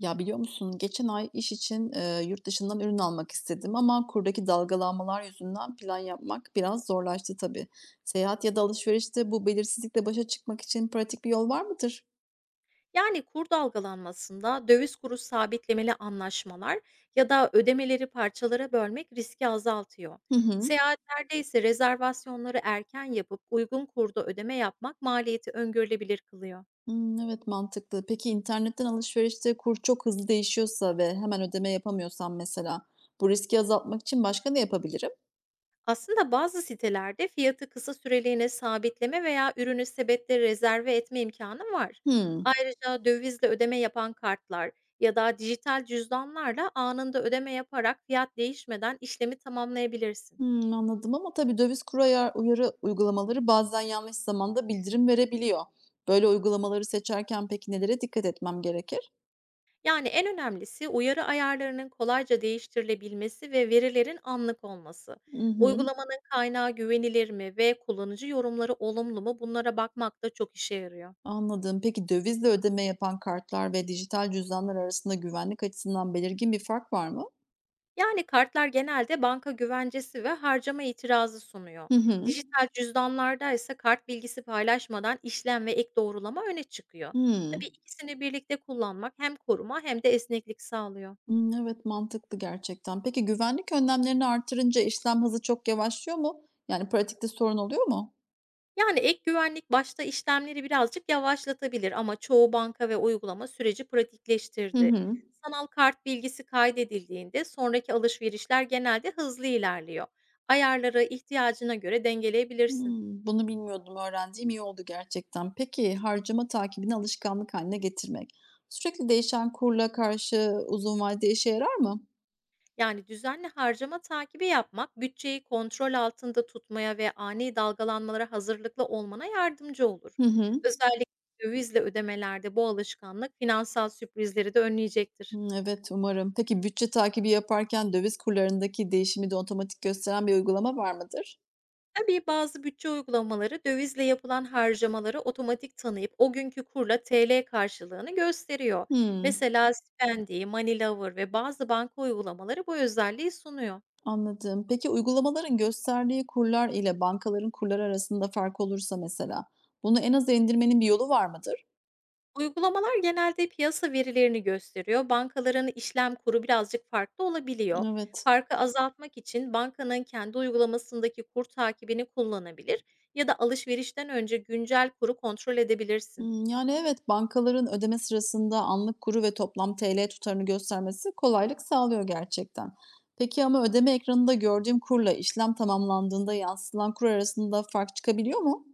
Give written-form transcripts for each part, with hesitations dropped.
Ya, biliyor musun, geçen ay iş için, yurt dışından ürün almak istedim ama kurdaki dalgalanmalar yüzünden plan yapmak biraz zorlaştı tabii. Seyahat ya da alışverişte bu belirsizlikle başa çıkmak için pratik bir yol var mıdır? Yani kur dalgalanmasında döviz kuru sabitlemeli anlaşmalar ya da ödemeleri parçalara bölmek riski azaltıyor. Hı hı. Seyahatlerde ise rezervasyonları erken yapıp uygun kurda ödeme yapmak maliyeti öngörülebilir kılıyor. Hımm, evet, mantıklı. Peki internetten alışverişte kur çok hızlı değişiyorsa ve hemen ödeme yapamıyorsam mesela, bu riski azaltmak için başka ne yapabilirim? Aslında bazı sitelerde fiyatı kısa süreliğine sabitleme veya ürünü sebetle rezerve etme imkanı var. Hımm. Ayrıca dövizle ödeme yapan kartlar ya da dijital cüzdanlarla anında ödeme yaparak fiyat değişmeden işlemi tamamlayabilirsin. Hımm, anladım ama tabii döviz kuru uyarı uygulamaları bazen yanlış zamanda bildirim verebiliyor. Böyle uygulamaları seçerken peki nelere dikkat etmem gerekir? Yani, en önemlisi uyarı ayarlarının kolayca değiştirilebilmesi ve verilerin anlık olması. I hı, Uygulamanın kaynağı güvenilir mi ve kullanıcı yorumları olumlu mu, bunlara bakmak da çok işe yarıyor. anladım. Peki dövizle ödeme yapan kartlar ve dijital cüzdanlar arasında güvenlik açısından belirgin bir fark var mı? Yani kartlar genelde banka güvencesi ve harcama itirazı sunuyor. Hı hı. Dijital cüzdanlarda ise kart bilgisi paylaşmadan işlem ve ek doğrulama öne çıkıyor. Tabii Hımm. ikisini birlikte kullanmak hem koruma hem de esneklik sağlıyor. Hımm, evet, mantıklı gerçekten. Peki güvenlik önlemlerini artırınca işlem hızı çok yavaşlıyor mu? Yani pratikte sorun oluyor mu? Yani, ek güvenlik başta işlemleri birazcık yavaşlatabilir, ama çoğu banka ve uygulama süreci Hı pratikleştirdi. hı. Sanal kart bilgisi kaydedildiğinde sonraki alışverişler genelde hızlı ilerliyor. Ayarları ihtiyacına göre dengeleyebilirsin. Hımm, bunu bilmiyordum, öğrendiğim iyi oldu gerçekten. Peki, harcama takibini alışkanlık haline getirmek, sürekli değişen kurla karşı uzun vadede işe yarar mı? Yani düzenli harcama takibi yapmak bütçeyi kontrol altında tutmaya ve ani dalgalanmalara hazırlıklı olmana yardımcı olur. Hı hı. Özellikle dövizle ödemelerde bu alışkanlık finansal sürprizleri de önleyecektir. Hımm, evet, umarım. Peki, bütçe takibi yaparken döviz kurlarındaki değişimi de otomatik gösteren bir uygulama var mıdır? Tabii bazı bütçe uygulamaları dövizle yapılan harcamaları otomatik tanıyıp o günkü kurla TL karşılığını gösteriyor. Hımm. Mesela Spendi, Moneylover ve bazı banka uygulamaları bu özelliği sunuyor. Anladım. Peki, uygulamaların gösterdiği kurlar ile bankaların kurları arasında fark olursa mesela, bunu en aza indirmenin bir yolu var mıdır? Uygulamalar genelde piyasa verilerini gösteriyor. Bankaların işlem kuru birazcık farklı olabiliyor. Evet. Farkı azaltmak için bankanın kendi uygulamasındaki kur takibini kullanabilir ya da alışverişten önce güncel kuru kontrol edebilirsin. Hımm, yani, evet, bankaların ödeme sırasında anlık kuru ve toplam TL tutarını göstermesi kolaylık sağlıyor gerçekten. Peki ama ödeme ekranında gördüğüm kurla işlem tamamlandığında yansıtılan kur arasında fark çıkabiliyor mu?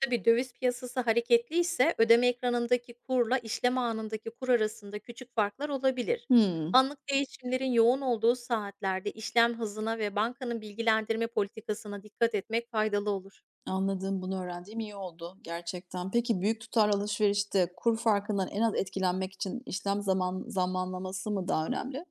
Tabii, döviz piyasası hareketliyse ödeme ekranındaki kurla işlem anındaki kur arasında küçük farklar olabilir. Hımm, Anlık değişimlerin yoğun olduğu saatlerde işlem hızına ve bankanın bilgilendirme politikasına dikkat etmek faydalı olur. anladım. Bunu öğrendiğim iyi oldu gerçekten. Peki büyük tutar alışverişte kur farkından en az etkilenmek için işlem zamanlaması mı daha önemli?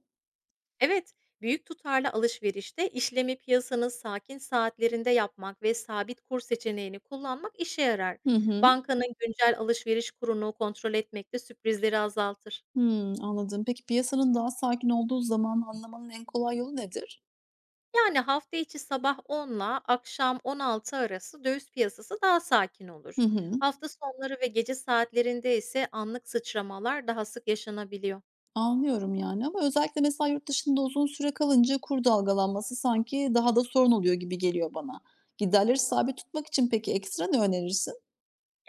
Evet, büyük tutarlı alışverişte işlemi piyasanın sakin saatlerinde yapmak ve sabit kur seçeneğini kullanmak işe yarar. Hı hı. Bankanın güncel alışveriş kurunu kontrol etmek de sürprizleri azaltır. Hımm, anladım. Peki piyasanın daha sakin olduğu zaman anlamanın en kolay yolu nedir? Yani hafta içi sabah 10'la akşam 16 arası döviz piyasası daha sakin Hı olur. hı. Hafta sonları ve gece saatlerinde ise anlık sıçramalar daha sık yaşanabiliyor. Anlıyorum yani ama özellikle mesela yurt dışında uzun süre kalınca kur dalgalanması sanki daha da sorun oluyor gibi geliyor bana. Giderleri sabit tutmak için peki ekstra ne önerirsin?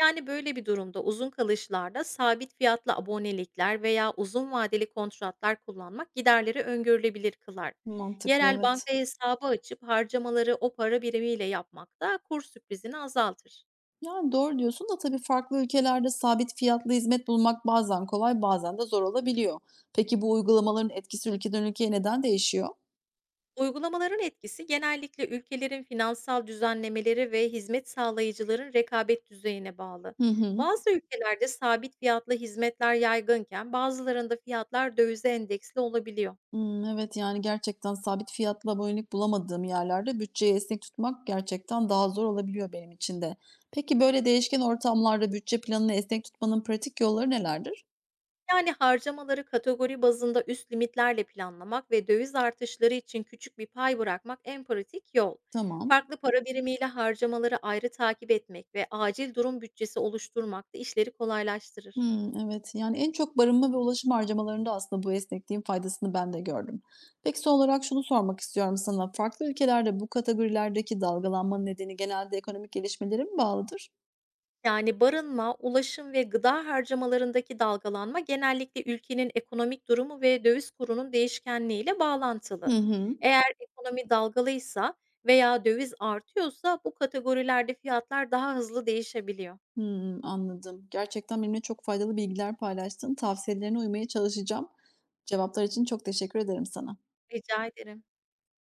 Yani böyle bir durumda uzun kalışlarda sabit fiyatlı abonelikler veya uzun vadeli kontratlar kullanmak giderleri öngörülebilir kılar. Mantıklı Yerel evet. banka hesabı açıp harcamaları o para birimiyle yapmak da kur sürprizini azaltır. Yani doğru diyorsun da tabii farklı ülkelerde sabit fiyatlı hizmet bulmak bazen kolay bazen de zor olabiliyor. Peki bu uygulamaların etkisi ülkeden ülkeye neden değişiyor? Uygulamaların etkisi genellikle ülkelerin finansal düzenlemeleri ve hizmet sağlayıcıların rekabet düzeyine bağlı. Hı hı. Bazı ülkelerde sabit fiyatlı hizmetler yaygınken bazılarında fiyatlar dövize endeksli olabiliyor. Imm, evet, yani, gerçekten sabit fiyatlı abonelik bulamadığım yerlerde bütçeyi esnek tutmak gerçekten daha zor olabiliyor benim için de. Peki, böyle değişken ortamlarda bütçe planını esnek tutmanın pratik yolları nelerdir? Yani harcamaları kategori bazında üst limitlerle planlamak ve döviz artışları için küçük bir pay bırakmak en pratik yol. Tamam. Farklı para birimiyle harcamaları ayrı takip etmek ve acil durum bütçesi oluşturmak da işleri kolaylaştırır. Hımm, evet. Yani, en çok barınma ve ulaşım harcamalarında aslında bu esnekliğin faydasını ben de gördüm. Peki, son olarak şunu sormak istiyorum sana. Farklı ülkelerde bu kategorilerdeki dalgalanma nedeni genelde ekonomik gelişmelere mi bağlıdır? Yani barınma, ulaşım ve gıda harcamalarındaki dalgalanma genellikle ülkenin ekonomik durumu ve döviz kurunun değişkenliğiyle bağlantılı. Hı hı. Eğer ekonomi dalgalıysa veya döviz artıyorsa bu kategorilerde fiyatlar daha hızlı değişebiliyor. Hımm, anladım. Gerçekten benimle çok faydalı bilgiler paylaştın. Tavsiyelerine uymaya çalışacağım. Cevaplar için çok teşekkür ederim sana. Rica ederim.